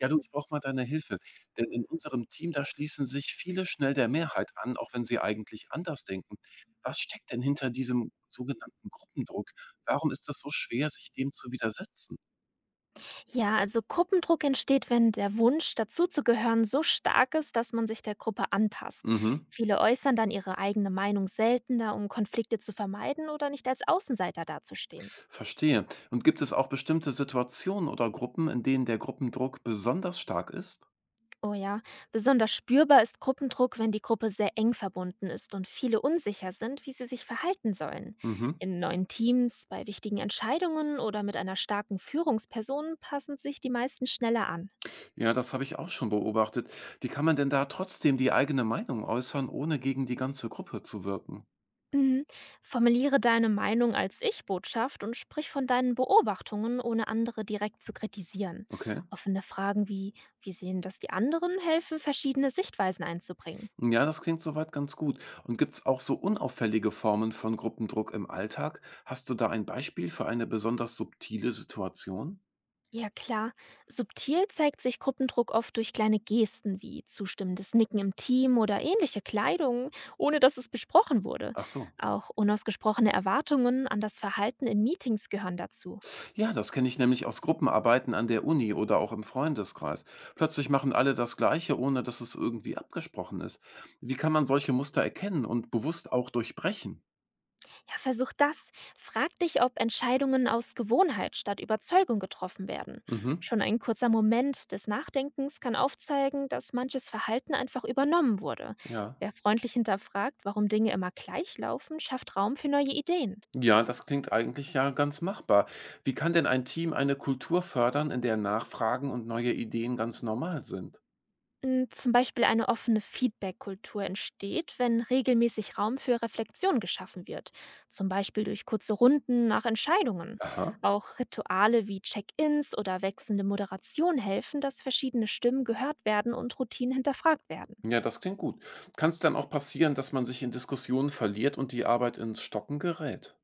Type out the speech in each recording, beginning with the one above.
Ja, du, ich brauche mal deine Hilfe. Denn in unserem Team, da schließen sich viele schnell der Mehrheit an, auch wenn sie eigentlich anders denken. Was steckt denn hinter diesem sogenannten Gruppendruck? Warum ist es so schwer, sich dem zu widersetzen? Ja, also Gruppendruck entsteht, wenn der Wunsch, dazuzugehören, so stark ist, dass man sich der Gruppe anpasst. Mhm, Viele äußern dann ihre eigene Meinung seltener, um Konflikte zu vermeiden oder nicht als Außenseiter dazustehen. verstehe. Und gibt es auch bestimmte Situationen oder Gruppen, in denen der Gruppendruck besonders stark ist? Oh ja, besonders spürbar ist Gruppendruck, wenn die Gruppe sehr eng verbunden ist und viele unsicher sind, wie sie sich verhalten sollen. Mhm. In neuen Teams, bei wichtigen Entscheidungen oder mit einer starken Führungsperson passen sich die meisten schneller an. Ja, das habe ich auch schon beobachtet. Wie kann man denn da trotzdem die eigene Meinung äußern, ohne gegen die ganze Gruppe zu wirken? Mhm. Formuliere deine Meinung als Ich-Botschaft und sprich von deinen Beobachtungen, ohne andere direkt zu kritisieren. Okay. Offene Fragen wie, wie sehen das die anderen, helfen, verschiedene Sichtweisen einzubringen. Ja, das klingt soweit ganz gut. Und gibt's auch so unauffällige Formen von Gruppendruck im Alltag? Hast du da ein Beispiel für eine besonders subtile Situation? Ja klar, subtil zeigt sich Gruppendruck oft durch kleine Gesten wie zustimmendes Nicken im Team oder ähnliche Kleidung, ohne dass es besprochen wurde. Ach so. Auch unausgesprochene Erwartungen an das Verhalten in Meetings gehören dazu. Ja, das kenne ich nämlich aus Gruppenarbeiten an der Uni oder auch im Freundeskreis. Plötzlich machen alle das Gleiche, ohne dass es irgendwie abgesprochen ist. Wie kann man solche Muster erkennen und bewusst auch durchbrechen? Ja, versuch das. Frag dich, ob Entscheidungen aus Gewohnheit statt Überzeugung getroffen werden. Mhm. Schon ein kurzer Moment des Nachdenkens kann aufzeigen, dass manches Verhalten einfach übernommen wurde. Ja. Wer freundlich hinterfragt, warum Dinge immer gleich laufen, schafft Raum für neue Ideen. Ja, das klingt eigentlich ja ganz machbar. Wie kann denn ein Team eine Kultur fördern, in der Nachfragen und neue Ideen ganz normal sind? Hm, zum Beispiel eine offene Feedback-Kultur entsteht, wenn regelmäßig Raum für Reflexion geschaffen wird, zum Beispiel durch kurze Runden nach Entscheidungen. Aha. Auch Rituale wie Check-ins oder wechselnde Moderation helfen, dass verschiedene Stimmen gehört werden und Routinen hinterfragt werden. Ja, das klingt gut. Kann es dann auch passieren, dass man sich in Diskussionen verliert und die Arbeit ins Stocken gerät?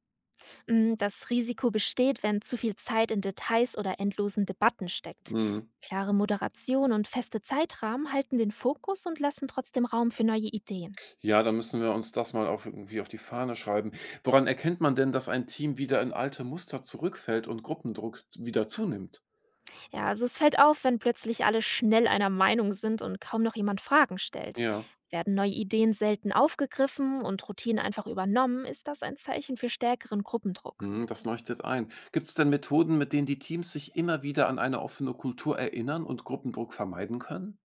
Hm, das Risiko besteht, wenn zu viel Zeit in Details oder endlosen Debatten steckt. Mhm. Klare Moderation und feste Zeitrahmen halten den Fokus und lassen trotzdem Raum für neue Ideen. Ja, da müssen wir uns das mal auf irgendwie auf die Fahne schreiben. Woran erkennt man denn, dass ein Team wieder in alte Muster zurückfällt und Gruppendruck wieder zunimmt? Ja, also es fällt auf, wenn plötzlich alle schnell einer Meinung sind und kaum noch jemand Fragen stellt. Ja, Werden neue Ideen selten aufgegriffen und Routinen einfach übernommen, ist das ein Zeichen für stärkeren Gruppendruck. mhm, das leuchtet ein. Gibt es denn Methoden, mit denen die Teams sich immer wieder an eine offene Kultur erinnern und Gruppendruck vermeiden können?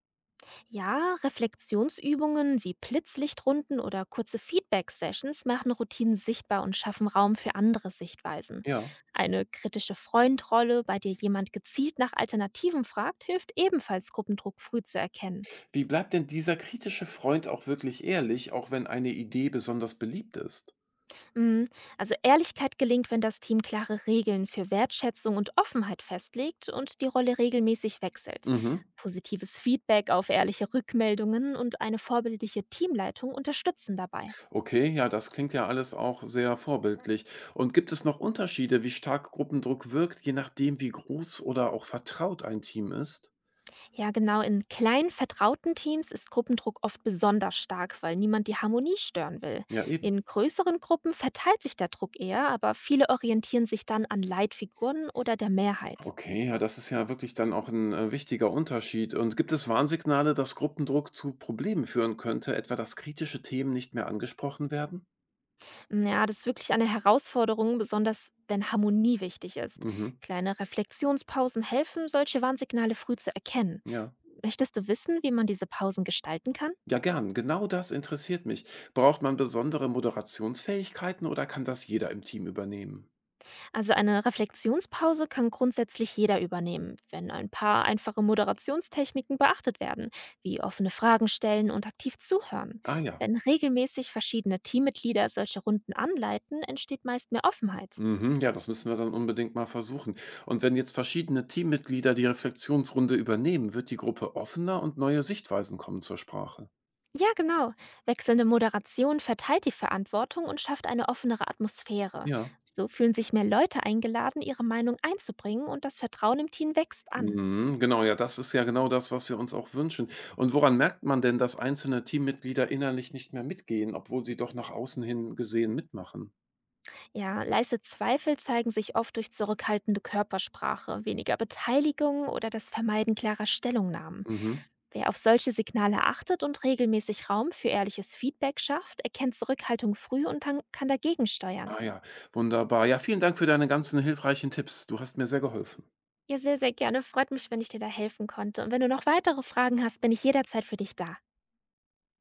Ja, Reflexionsübungen wie Blitzlichtrunden oder kurze Feedback-Sessions machen Routinen sichtbar und schaffen Raum für andere Sichtweisen. Ja. Eine kritische Freundrolle, bei der jemand gezielt nach Alternativen fragt, hilft ebenfalls, Gruppendruck früh zu erkennen. Wie bleibt denn dieser kritische Freund auch wirklich ehrlich, auch wenn eine Idee besonders beliebt ist? Mhm. Also Ehrlichkeit gelingt, wenn das Team klare Regeln für Wertschätzung und Offenheit festlegt und die Rolle regelmäßig wechselt. Mhm. Positives Feedback auf ehrliche Rückmeldungen und eine vorbildliche Teamleitung unterstützen dabei. Okay, ja, das klingt ja alles auch sehr vorbildlich. Und gibt es noch Unterschiede, wie stark Gruppendruck wirkt, je nachdem, wie groß oder auch vertraut ein Team ist? Ja, genau, in kleinen, vertrauten Teams ist Gruppendruck oft besonders stark, weil niemand die Harmonie stören will. Ja, eben. In größeren Gruppen verteilt sich der Druck eher, aber viele orientieren sich dann an Leitfiguren oder der Mehrheit. Okay, ja, das ist ja wirklich dann auch ein wichtiger Unterschied. Und gibt es Warnsignale, dass Gruppendruck zu Problemen führen könnte, etwa dass kritische Themen nicht mehr angesprochen werden? Ja, das ist wirklich eine Herausforderung, besonders wenn Harmonie wichtig ist. Mhm, Kleine Reflexionspausen helfen, solche Warnsignale früh zu erkennen. ja. Möchtest du wissen, wie man diese Pausen gestalten kann? Ja, gern. Genau das interessiert mich. Braucht man besondere Moderationsfähigkeiten oder kann das jeder im Team übernehmen? Also eine Reflexionspause kann grundsätzlich jeder übernehmen, wenn ein paar einfache Moderationstechniken beachtet werden, wie offene Fragen stellen und aktiv zuhören. Ah ja. Wenn regelmäßig verschiedene Teammitglieder solche Runden anleiten, entsteht meist mehr Offenheit. Mhm, ja, das müssen wir dann unbedingt mal versuchen. Und wenn jetzt verschiedene Teammitglieder die Reflexionsrunde übernehmen, wird die Gruppe offener und neue Sichtweisen kommen zur Sprache. Ja, genau. Wechselnde Moderation verteilt die Verantwortung und schafft eine offenere Atmosphäre. Ja. So fühlen sich mehr Leute eingeladen, ihre Meinung einzubringen und das Vertrauen im Team wächst an. Mhm, genau, ja, das ist ja genau das, was wir uns auch wünschen. Und woran merkt man denn, dass einzelne Teammitglieder innerlich nicht mehr mitgehen, obwohl sie doch nach außen hin gesehen mitmachen? Ja, leise Zweifel zeigen sich oft durch zurückhaltende Körpersprache, weniger Beteiligung oder das Vermeiden klarer Stellungnahmen. Mhm. Wer auf solche Signale achtet und regelmäßig Raum für ehrliches Feedback schafft, erkennt Zurückhaltung früh und kann dagegen steuern. Ah ja, wunderbar. Ja, vielen Dank für deine ganzen hilfreichen Tipps. Du hast mir sehr geholfen. Ja, sehr, sehr gerne. Freut mich, wenn ich dir da helfen konnte. Und wenn du noch weitere Fragen hast, bin ich jederzeit für dich da.